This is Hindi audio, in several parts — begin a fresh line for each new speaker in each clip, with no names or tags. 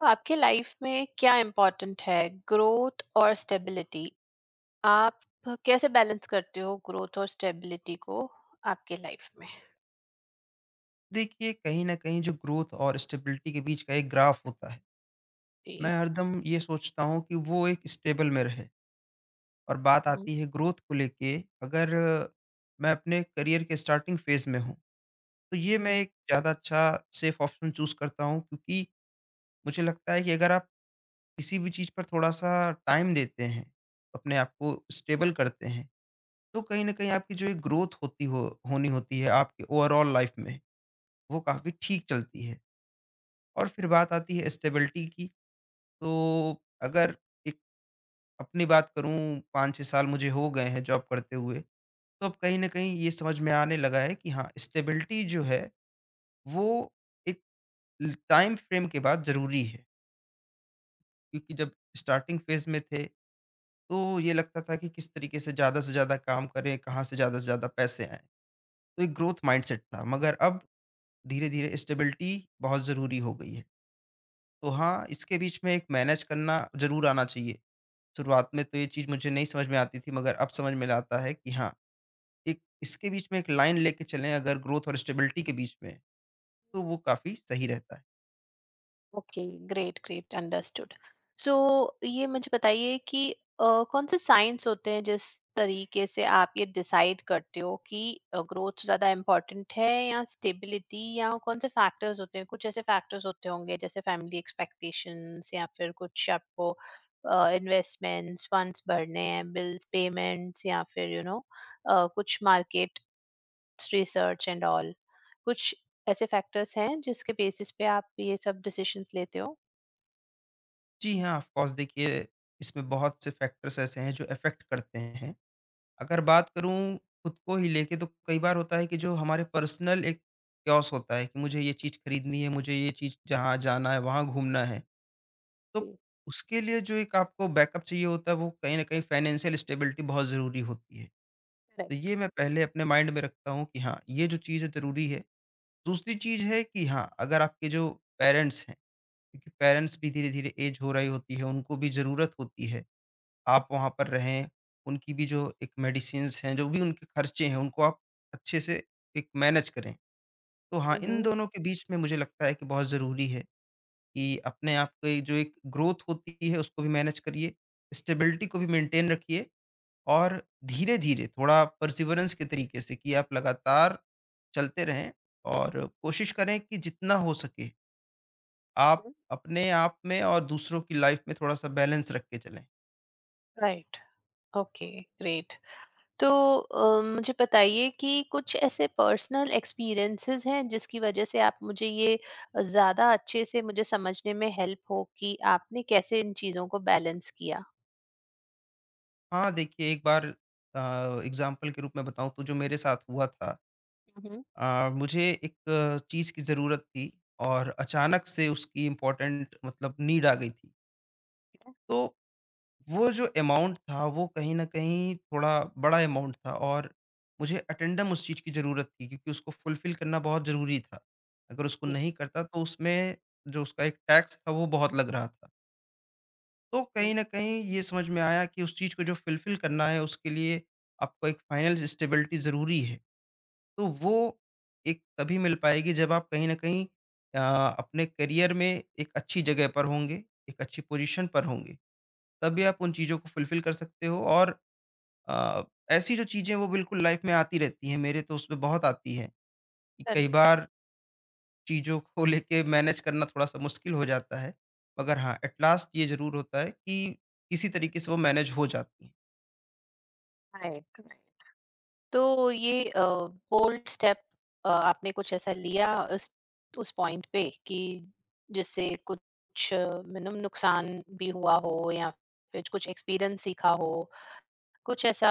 तो आपके लाइफ में क्या इम्पोर्टेंट है, ग्रोथ और स्टेबिलिटी? आप कैसे बैलेंस करते हो ग्रोथ और स्टेबिलिटी को आपके लाइफ में?
देखिए कहीं न कहीं जो ग्रोथ और स्टेबिलिटी के बीच का एक ग्राफ होता है, मैं हरदम ये सोचता हूँ कि वो एक स्टेबल में रहे। और बात आती है ग्रोथ को लेके। अगर अ, मैं अपने करियर के स्टार्टिंग फ़ेज़ में हूँ, तो ये
जी।
मैं एक ज़्यादा अच्छा सेफ़ ऑप्शन चूज़ करता हूँ, क्योंकि मुझे लगता है कि अगर आप किसी भी चीज़ पर थोड़ा-सा टाइम देते हैं, अपने आप को स्टेबल करते हैं, तो कहीं न कहीं आपकी जो एक ग्रोथ होती हो होनी होती है आपके ओवरऑल लाइफ़ में, वो काफ़ी ठीक चलती है। और फिर बात आती है स्टेबिलिटी की। तो अगर एक अपनी बात करूँ, 5-6 साल मुझे हो गए हैं जॉब करते हुए, तो अब कहीं न कहीं ये समझ में आने लगा है कि हाँ, स्टेबिलिटी जो है वो एक ल टाइम फ्रेम के बाद ज़रूरी है। क्योंकि जब स्टार्टिंग फ़ेज़ में थे, तो ये लगता था कि किस तरीके से ज़्यादा काम करें, कहाँ से ज़्यादा पैसे आएँ। तो एक ग्रोथ माइंडसेट था, मगर अब धीरे-धीरे स्टेबिलिटी बहुत ज़रूरी हो गई है। तो हाँ, इसके बीच में एक मैनेज करना ज़रूर आना चाहिए। शुरुआत में तो ये चीज़ मुझे नहीं समझ में आती थी, मगर अब समझ में आता है कि हाँ, एक इसके बीच में एक लाइन लेके चलें अगर ग्रोथ और स्टेबिलिटी के बीच में, तो वो काफ़ी सही रहता है।
Okay. Great great understood. So ये मुझे बताइए कि कौन से साइंस होते हैं जिस तरीके से आप ये डिसाइड करते हो कि ग्रोथ ज्यादा इम्पोर्टेंट है या स्टेबिलिटी, या कौन से फैक्टर्स होते हैं। कुछ ऐसे फैक्टर्स होते होंगे जैसे फैमिली एक्सपेक्टेशंस, या फिर कुछ आपको इन्वेस्टमेंट्स, फंड्स भरने हैं, बिल्स पेमेंट्स, या फिर यू you नो कुछ मार्केट रिसर्च एंड ऑल। कुछ ऐसे फैक्टर्स हैं जिसके बेसिस पे आप ये सब डिसीजंस लेते हो।
जी हाँ, ऑफ़ कोर्स, देखिए इसमें बहुत से फैक्टर्स ऐसे हैं जो अफ़ेक्ट करते हैं। अगर बात करूँ खुद को ही लेके, तो कई बार होता है कि जो हमारे पर्सनल एक कॉस होता है कि मुझे ये चीज़ खरीदनी है, मुझे ये चीज़ जहाँ जाना है, वहाँ घूमना है। तो
जी,
उसके लिए जो एक आपको बैकअप चाहिए होता है वो कहीं न कहीं फाइनेंशियल स्टेबिलिटी बहुत ज़रूरी होती है। तो
करेक्ट।
ये मैं पहले अपने माइंड में रखता हूँ कि हाँ, ये जो चीज़ है ज़रूरी है। दूसरी चीज़ है कि हाँ, अगर आपके जो पेरेंट्स हैं, क्योंकि पेरेंट्स भी धीरे-धीरे ऐज हो रही होती है, उनको भी ज़रूरत होती है, आप वहाँ पर रहें, उनकी भी जो एक मेडिसिन्स हैं, जो भी उनके खर्चे हैं, उनको आप अच्छे से एक मैनेज करें। तो हाँ, इन
हुँ,
दोनों के बीच में मुझे लगता है कि बहुत ज़रूरी है कि अपने आप की जो एक ग्रोथ होती है, उसको भी मैनेज करिए, स्टेबिलिटी को भी मेंटेन रखिए और धीरे-धीरे थोड़ा परसिवरेंस के तरीके से कि आप लगातार चलते रहें और कोशिश करें कि जितना हो सके आप
हुँ।
अपने आप में और दूसरों की लाइफ में थोड़ा-सा बैलेंस रख के चलें।
Right, okay, great. तो मुझे बताइए कि कुछ ऐसे पर्सनल एक्सपीरियंसेस हैं जिसकी वज़ह से आप मुझे ये ज़्यादा अच्छे से मुझे समझने में हेल्प हो कि आपने कैसे इन चीज़ों को बैलेंस किया?
हाँ, देखिए एक बार, एग्ज़ाम्पल के रूप में बताऊँ तो जो मेरे साथ हुआ था,
हुँ, हुँ।
मुझे एक चीज़ की ज़रूरत थी और अचानक से उसकी इम्पोर्टेंट मतलब नीड आ गई थी। तो वो जो अमाउंट था वो कहीं न कहीं थोड़ा बड़ा अमाउंट था और मुझे अटेंडम उस चीज़ की ज़रूरत थी, क्योंकि उसको फुलफ़िल करना बहुत ज़रूरी था। अगर उसको
जी।
नहीं करता तो उसमें जो उसका एक टैक्स था वो बहुत लग रहा था। तो
जी,
कहीं न कहीं ये समझ में आया कि उस चीज़ को जो फुलफ़िल करना है उसके लिए आपको एक फाइनेंस स्टेबिलिटी ज़रूरी है। तो वो एक तभी मिल पाएगी जब आप कहीं न कहीं अ, अपने करियर में एक अच्छी जगह पर होंगे, एक अच्छी पोज़ीशन पर होंगे। तभी आप उन चीज़ों को फुलफ़िल कर सकते हो और अ, ऐसी जो चीज़ें वो बिल्कुल लाइफ में आती रहती हैं, मेरे तो उसमें बहुत आती हैं कि कई
करेक्ट,
बार चीज़ों को लेके मैनेज करना थोड़ा-सा मुश्किल हो जाता है। मगर हाँ, एट लास्ट ये ज़रूर होता है कि किसी तरीके से वो मैनेज हो जाती हैं।
Right, right. तो ये बोल्ड स्टेप, आपने कुछ ऐसा लिया उस उस पॉइंट पे कि जिससे कुछ मिनिमम नुकसान भी हुआ हो या फिर कुछ एक्सपीरियंस सीखा हो, कुछ ऐसा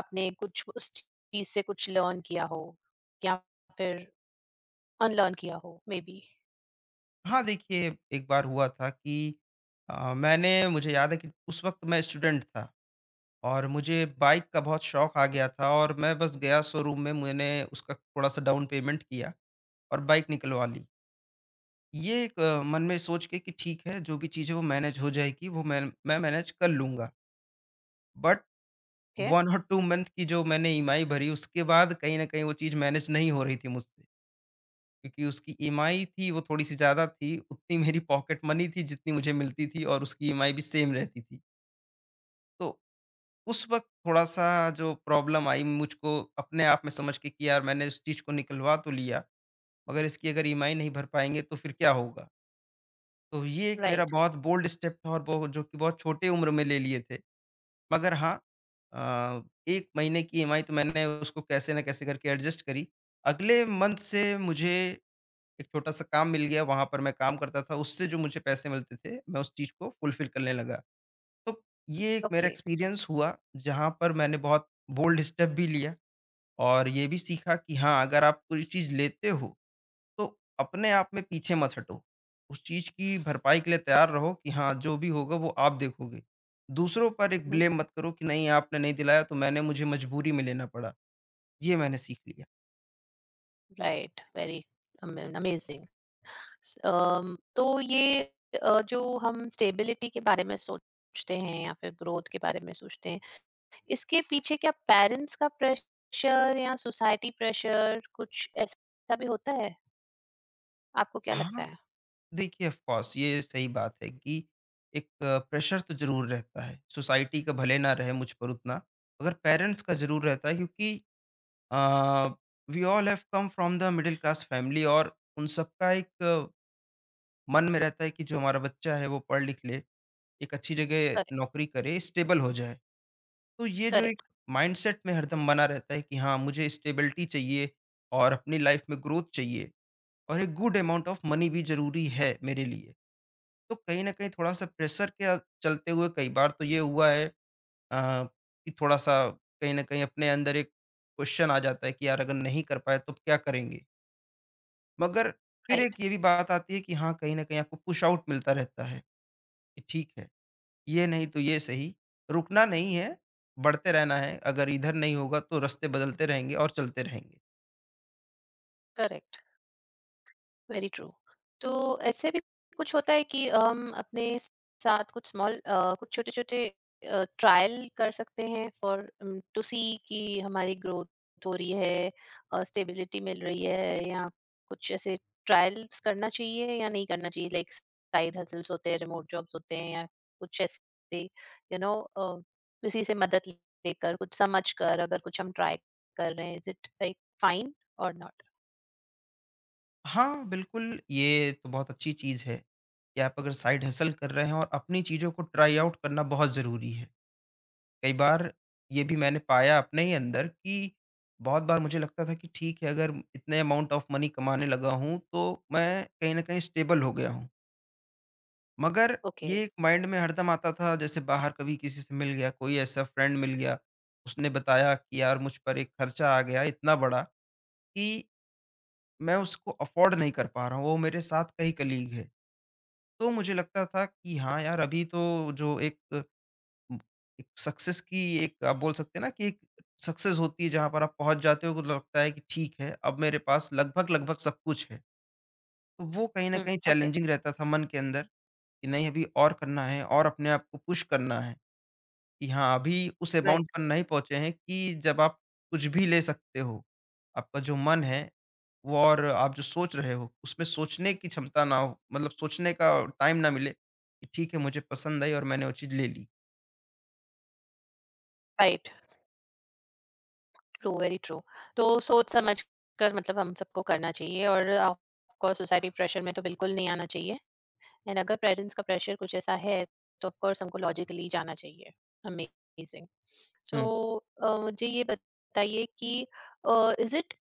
आपने कुछ उस चीज से कुछ लर्न किया हो या फिर अनलर्न किया हो मे बी।
हाँ, देखिए एक बार हुआ था कि मैंने, मुझे याद है कि उस वक़्त मैं स्टूडेंट था और मुझे बाइक का बहुत शौक आ गया था और मैं बस गया शोरूम में, मैंने उसका थोड़ा-सा डाउन पेमेंट किया और बाइक निकलवा ली। ये एक मन में सोच के कि ठीक है, जो भी चीज़ है वो मैनेज हो जाएगी, वो मैं मैनेज कर लूँगा। But 1
okay.
और 2 मंथ की जो मैंने ईएमआई भरी, उसके बाद कहीं न कहीं वो चीज़ मैनेज नहीं हो रही थी मुझसे। क्योंकि उसकी ईएमआई थी, वो थोड़ी-सी ज़्यादा थी, उतनी मेरी पॉकेट मनी थी जितनी मुझे मिलती थी और उसकी ईएमआई भी सेम रहती थी। तो उस वक़्त थोड़ा-सा जो प्रॉब्लम आई मुझको अपने आप में समझ के कि यार मैंने उस चीज़ को निकलवा तो लिया, मगर इसकी अगर ईएमआई नहीं भर पाएँगे तो फिर क्या होगा? तो ये एक मेरा
राइट।
बहुत बोल्ड स्टेप था और वो जो कि बहुत छोटे उम्र में ले लिए थे। मगर हाँ, अ, 1 महीने की ईएमआई तो मैंने उसको कैसे न कैसे करके एडजस्ट करी। अगले मंथ से मुझे एक छोटा-सा काम मिल गया, वहाँ पर मैं काम करता था, उससे जो मुझे पैसे मिलते थे, मैं उस चीज़ को फुलफ़िल करने लगा। तो ये एक मेरा
ओके।
एक्सपीरियंस हुआ, जहाँ पर मैंने बहुत बोल्ड स्टेप भी लिया और ये भी सीखा कि हाँ, अगर आप कोई चीज़ लेते हो, तो अपने आप में पीछे मत हटो। उस चीज़ की भरपाई के लिए तैयार रहो कि हाँ, जो भी होगा वो आप देखोगे। दूसरों पर एक ब्लेम मत करो कि नहीं, आपने नहीं दिलाया तो मैंने, मुझे मजबूरी में लेना पड़ा। ये मैंने सीख लिया।
Right, very amazing. तो ये जो हम स्टेबिलिटी के बारे में सोचते हैं या फिर ग्रोथ के बारे में सोचते हैं, इसके पीछे क्या पेरेंट्स का प्रेशर या सोसाइटी प्रेशर कुछ ऐसा भी होता है? आपको क्या लगता
हाँ,
है?
देखिए, ऑफ़ कोर्स ये सही बात है कि एक प्रेशर तो ज़रूर रहता है। सोसाइटी का भले ना रहे मुझ पर उतना, मगर पेरेंट्स का ज़रूर रहता है, क्योंकि uh, we all have come from the middle class family और उन सबका एक, मन में रहता है कि जो हमारा बच्चा है वो पढ़ लिख ले। एक अच्छी जगह
करेक्ट।
नौकरी करे, स्टेबल हो जाए। तो ये जो
करेक्ट।
एक माइंडसेट में हरदम बना रहता है कि हाँ, मुझे स्टेबिलिटी चाहिए और अपनी लाइफ में ग्रोथ चाहिए और एक गुड अमाउंट ऑफ मनी भी ज़रूरी है मेरे लिए। तो कहीं न कहीं थोड़ा-सा प्रेशर के चलते हुए कई बार तो ये हुआ है, अ, कि थोड़ा-सा कहीं न कहीं अपने अंदर एक क्वेश्चन आ जाता है कि यार अगर नहीं कर पाए तो क्या करेंगे? मगर फिर
राइट।
एक ये भी बात आती है कि हाँ, कहीं न कहीं आपको पुश आउट मिलता रहता है कि ठीक है। ये नहीं तो ये सही, रुकना नहीं है, बढ़ते रहना है, अगर इधर नहीं होगा तो रास्ते बदलते रहेंगे और चलते रहेंगे।
Correct, very true. तो ऐसे भी कुछ होता है कि हम अपने साथ कुछ स्मॉल, कुछ छोटे छोटे ट्रायल कर सकते हैं फॉर टू सी कि हमारी ग्रोथ हो रही है, स्टेबिलिटी मिल रही है, या कुछ ऐसे ट्रायल्स करना चाहिए या नहीं करना चाहिए, लाइक साइड हसल्स होते हैं, रिमोट जॉब्स होते हैं, या कुछ ऐसे यू नो किसी से मदद लेकर कुछ समझ कर अगर कुछ हम ट्राई कर रहे हैं, इज इट लाइक फाइन और नॉट?
हाँ, बिल्कुल, ये तो बहुत अच्छी चीज़ है कि आप अगर साइड हसल कर रहे हैं और अपनी चीज़ों को ट्राई आउट करना बहुत ज़रूरी है। कई बार ये भी मैंने पाया अपने ही अंदर कि बहुत बार मुझे लगता था कि ठीक है, अगर इतने अमाउंट ऑफ मनी कमाने लगा हूँ, तो मैं कहीं न कहीं स्टेबल हो गया हूँ। मगर
ओके।
ये एक माइंड में हरदम आता था, जैसे बाहर कभी किसी से मिल गया, कोई ऐसा फ्रेंड मिल गया, उसने बताया कि यार मुझ पर एक खर्चा आ गया इतना बड़ा कि मैं उसको अफ़ोर्ड नहीं कर पा रहा हूँ, वो मेरे साथ का ही कलीग है। तो मुझे लगता था कि हाँ यार, अभी तो जो एक उम, एक सक्सेस की, एक आप बोल सकते हैं ना कि एक सक्सेस होती है जहाँ पर आप पहुँच जाते हो तो लगता है कि ठीक है, अब मेरे पास लगभग-लगभग सब कुछ है। तो वो कहीं न कहीं
ओके।
चैलेंजिंग रहता था मन के अंदर कि नहीं, अभी और करना है और अपने आप को पुश करना है। कि हाँ, अभी उस
राइट।
अमाउंट पर नहीं पहुँचे हैं कि जब आप कुछ भी ले सकते हो। आपका जो मन है, वो और आप जो सोच रहे हो, उसमें सोचने की क्षमता ना हो, मतलब सोचने का टाइम ना मिले कि ठीक है, मुझे पसंद आई और मैंने वो चीज़ ले ली।
Right, true, very true. तो सोच समझ कर मतलब हम सबको करना चाहिए, और ऑफ़कोर्स सोसाइटी प्रेशर में तो बिल्कुल नहीं आना चाहिए, एंड अगर पेरेंट्स का प्रेशर कुछ ऐसा है, तो ऑफ़कोर्स हमको लॉजिकली जाना चाहिए। अमेज़िंग। सो
हुँ।
मुझे ये बताइए कि इज़ इट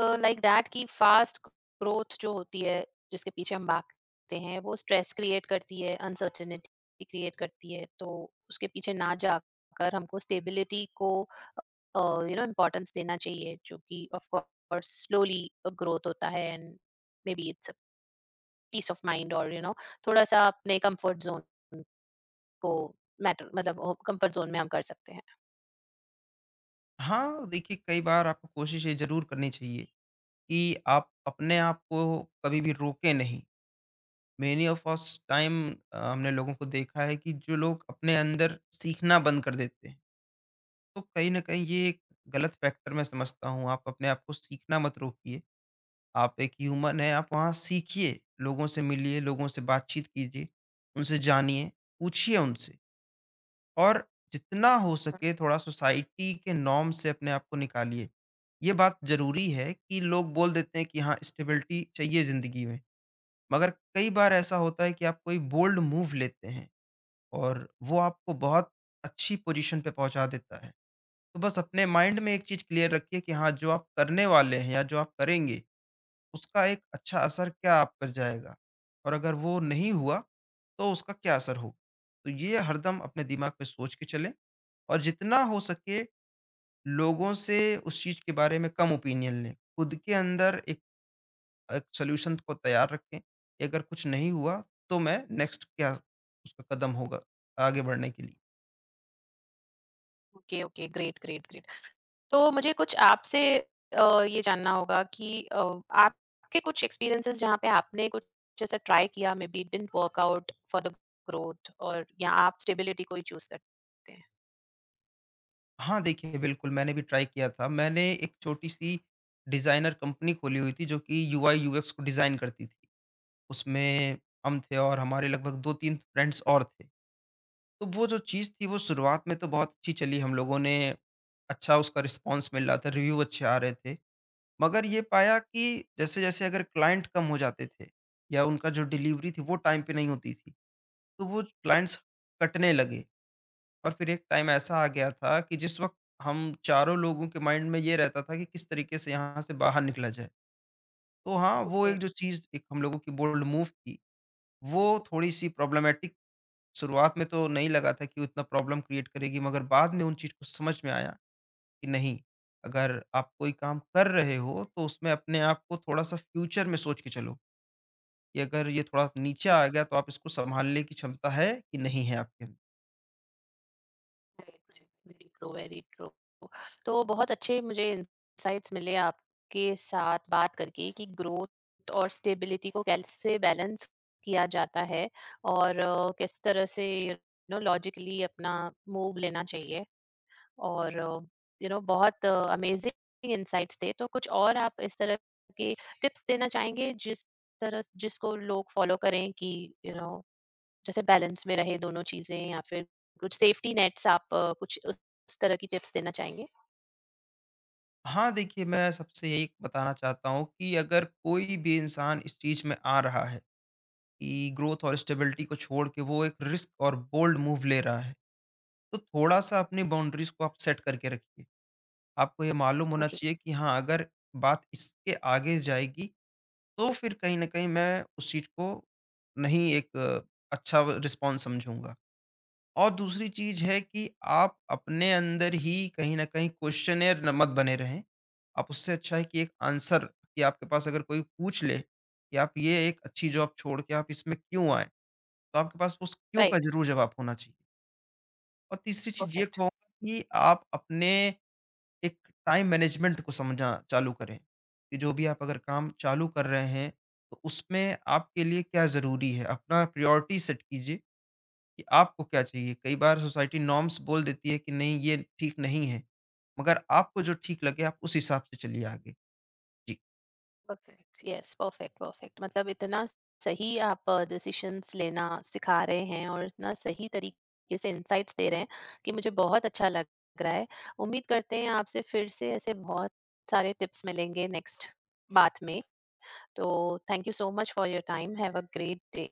लाइक दैट कि फ़ास्ट ग्रोथ जो होती है, जिसके पीछे हम भागते हैं, वो स्ट्रेस क्रिएट करती है, अनसर्टेनिटी क्रिएट करती है, तो उसके पीछे ना जाकर हमको स्टेबिलिटी को यू नो इम्पोर्टेंस देना चाहिए जो कि ऑफ कोर्स स्लोली ग्रोथ होता है, and maybe it's piece of mind और यू नो थोड़ा सा अपने कंफर्ट जोन को मैटर मतलब कंफर्ट जोन में हम कर सकते हैं।
हाँ, देखिए, कई बार आपको कोशिश ये ज़रूर करनी चाहिए कि आप अपने आप को कभी भी रोकें नहीं। मेनी ऑफ अस टाइम, हमने लोगों को देखा है कि जो लोग अपने अंदर सीखना बंद कर देते हैं। तो कहीं न कहीं ये एक गलत फैक्टर मैं समझता हूँ। आप अपने आप को सीखना मत रोकिए। आप एक ह्यूमन हैं, आप वहाँ सीखिए, लोगों से मिलिए, लोगों से बातचीत कीजिए, उनसे जानिए, पूछिए उनसे और जितना हो सके थोड़ा सोसाइटी के नॉर्म से अपने आप को निकालिए। ये बात ज़रूरी है कि लोग बोल देते हैं कि हाँ, स्टेबिलिटी चाहिए ज़िंदगी में, मगर कई बार ऐसा होता है कि आप कोई बोल्ड मूव लेते हैं और वो आपको बहुत अच्छी पोज़ीशन पे पहुँचा देता है। तो बस अपने माइंड में एक चीज़ क्लियर रखिए कि हाँ, जो आप करने वाले हैं या जो आप करेंगे, उसका एक अच्छा असर क्या आप पर जाएगा और अगर वो नहीं हुआ, तो उसका क्या असर होगा। तो ये हरदम अपने दिमाग में सोच के चलें और जितना हो सके लोगों से उस चीज़ के बारे में कम ओपिनियन लें। खुद के अंदर एक एक सॉल्यूशन को तैयार रखें कि अगर कुछ नहीं हुआ, तो मैं नेक्स्ट क्या उसका कदम होगा आगे बढ़ने के लिए।
Okay. Okay. Great great great. तो मुझे कुछ आपसे ये जानना होगा कि आपके कुछ एक्सपीरियंसेस जहाँ पे आपने कुछ ऐसा ट्राई किया, maybe it didn't work out for the growth, और या आप स्टेबिलिटी को ही चूज करते हैं।
हाँ, देखिए, बिल्कुल, मैंने भी ट्राई किया था। मैंने एक छोटी-सी डिज़ाइनर कंपनी खोली हुई थी जो कि यूआई यूएक्स को डिज़ाइन करती थी। उसमें हम थे और हमारे लगभग 2-3 फ्रेंड्स और थे। तो वो जो चीज़ थी वो शुरुआत में तो बहुत अच्छी चली, हम लोगों ने अच्छा, उसका रिस्पॉन्स मिल रहा था, रिव्यू अच्छे आ रहे थे। मगर ये पाया कि जैसे-जैसे अगर क्लाइंट कम हो जाते थे या उनका जो डिलीवरी थी वो टाइम पे नहीं होती थी, तो वो क्लाइंट्स कटने लगे। और फिर एक टाइम ऐसा आ गया था कि जिस वक़्त हम चारों लोगों के माइंड में ये रहता था कि किस तरीके से यहाँ से बाहर निकला जाए। तो हाँ, वो
ओके।
एक जो चीज़, एक हम लोगों की बोल्ड मूव थी, वो थोड़ी-सी प्रॉब्लमैटिक, शुरुआत में तो नहीं लगा था कि उतना प्रॉब्लम क्रिएट करेगी, मगर बाद में उन चीज़ को समझ में आया कि नहीं, अगर आप कोई काम कर रहे हो, तो उसमें अपने आप को थोड़ा-सा फ्यूचर में सोच के चलो कि अगर ये थोड़ा नीचे आ गया, तो आप इसको सँभालने की क्षमता है कि नहीं है आपके अंदर।
Right, right, very true, very true. तो बहुत अच्छे मुझे इनसाइट्स मिले आपके साथ बात करके कि ग्रोथ और स्टेबिलिटी को कैसे बैलेंस किया जाता है, और किस तरह से यू नो लॉजिकली अपना मूव लेना चाहिए, और यू नो बहुत अमेजिंग इनसाइट्स थे। तो कुछ और आप इस तरह के टिप्स देना चाहेंगे जिस तरह जिसको लोग फॉलो करें कि यू नो जैसे बैलेंस में रहे दोनों चीजें, या फिर कुछ सेफ्टी नेट्स, आप कुछ उस तरह की टिप्स देना चाहेंगे?
हाँ, देखिए, मैं सबसे यही बताना चाहता हूँ कि अगर कोई भी इंसान इस चीज़ में आ रहा है कि ग्रोथ और स्टेबिलिटी को छोड़ के वो एक रिस्क और बोल्ड मूव ले रहा है, तो थोड़ा-सा अपनी बाउंड्रीज़ को आप सेट करके रखिए। आपको ये मालूम होना
ओके।
चाहिए कि हाँ, अगर बात इसके आगे जाएगी, तो फिर कहीं न कहीं मैं उस चीज़ को नहीं एक अच्छा व रिस्पॉन्स समझूँगा। और दूसरी चीज है कि आप अपने अंदर ही कहीं न कहीं क्वेश्चनेयर न मत बने रहें। आप उससे अच्छा है कि एक आंसर कि आपके पास अगर कोई पूछ ले कि आप ये एक अच्छी जॉब छोड़ के आप इसमें क्यों आए? तो आपके पास उस क्यों का
राइट।
ज़रूर जवाब होना चाहिए। और तीसरी चीज़ ये
परफेक्ट।
कहूँगा कि आप अपने एक टाइम मैनेजमेंट को समझना चालू करें, कि जो भी आप अगर काम चालू कर रहे हैं, तो उसमें आपके लिए क्या ज़रूरी है? अपना प्रायोरिटी सेट कीजिए कि आपको क्या चाहिए? कई बार सोसाइटी नॉर्म्स बोल देती है कि नहीं, ये ठीक नहीं है, मगर आपको जो ठीक लगे आप उस हिसाब से चलिए आगे।
परफेक्ट, यस, परफेक्ट परफेक्ट, मतलब इतना सही आप डिसीशंस लेना सिखा रहे हैं और इतना सही तरीके से इंसाइट्स दे रहे हैं कि मुझे बहुत अच्छा लग रहा है। उम्मीद करते हैं आपसे फिर से ऐसे बहुत सारे टिप्स मिलेंगे नेक्स्ट बात में। तो thank you so much for your time. Have a great day.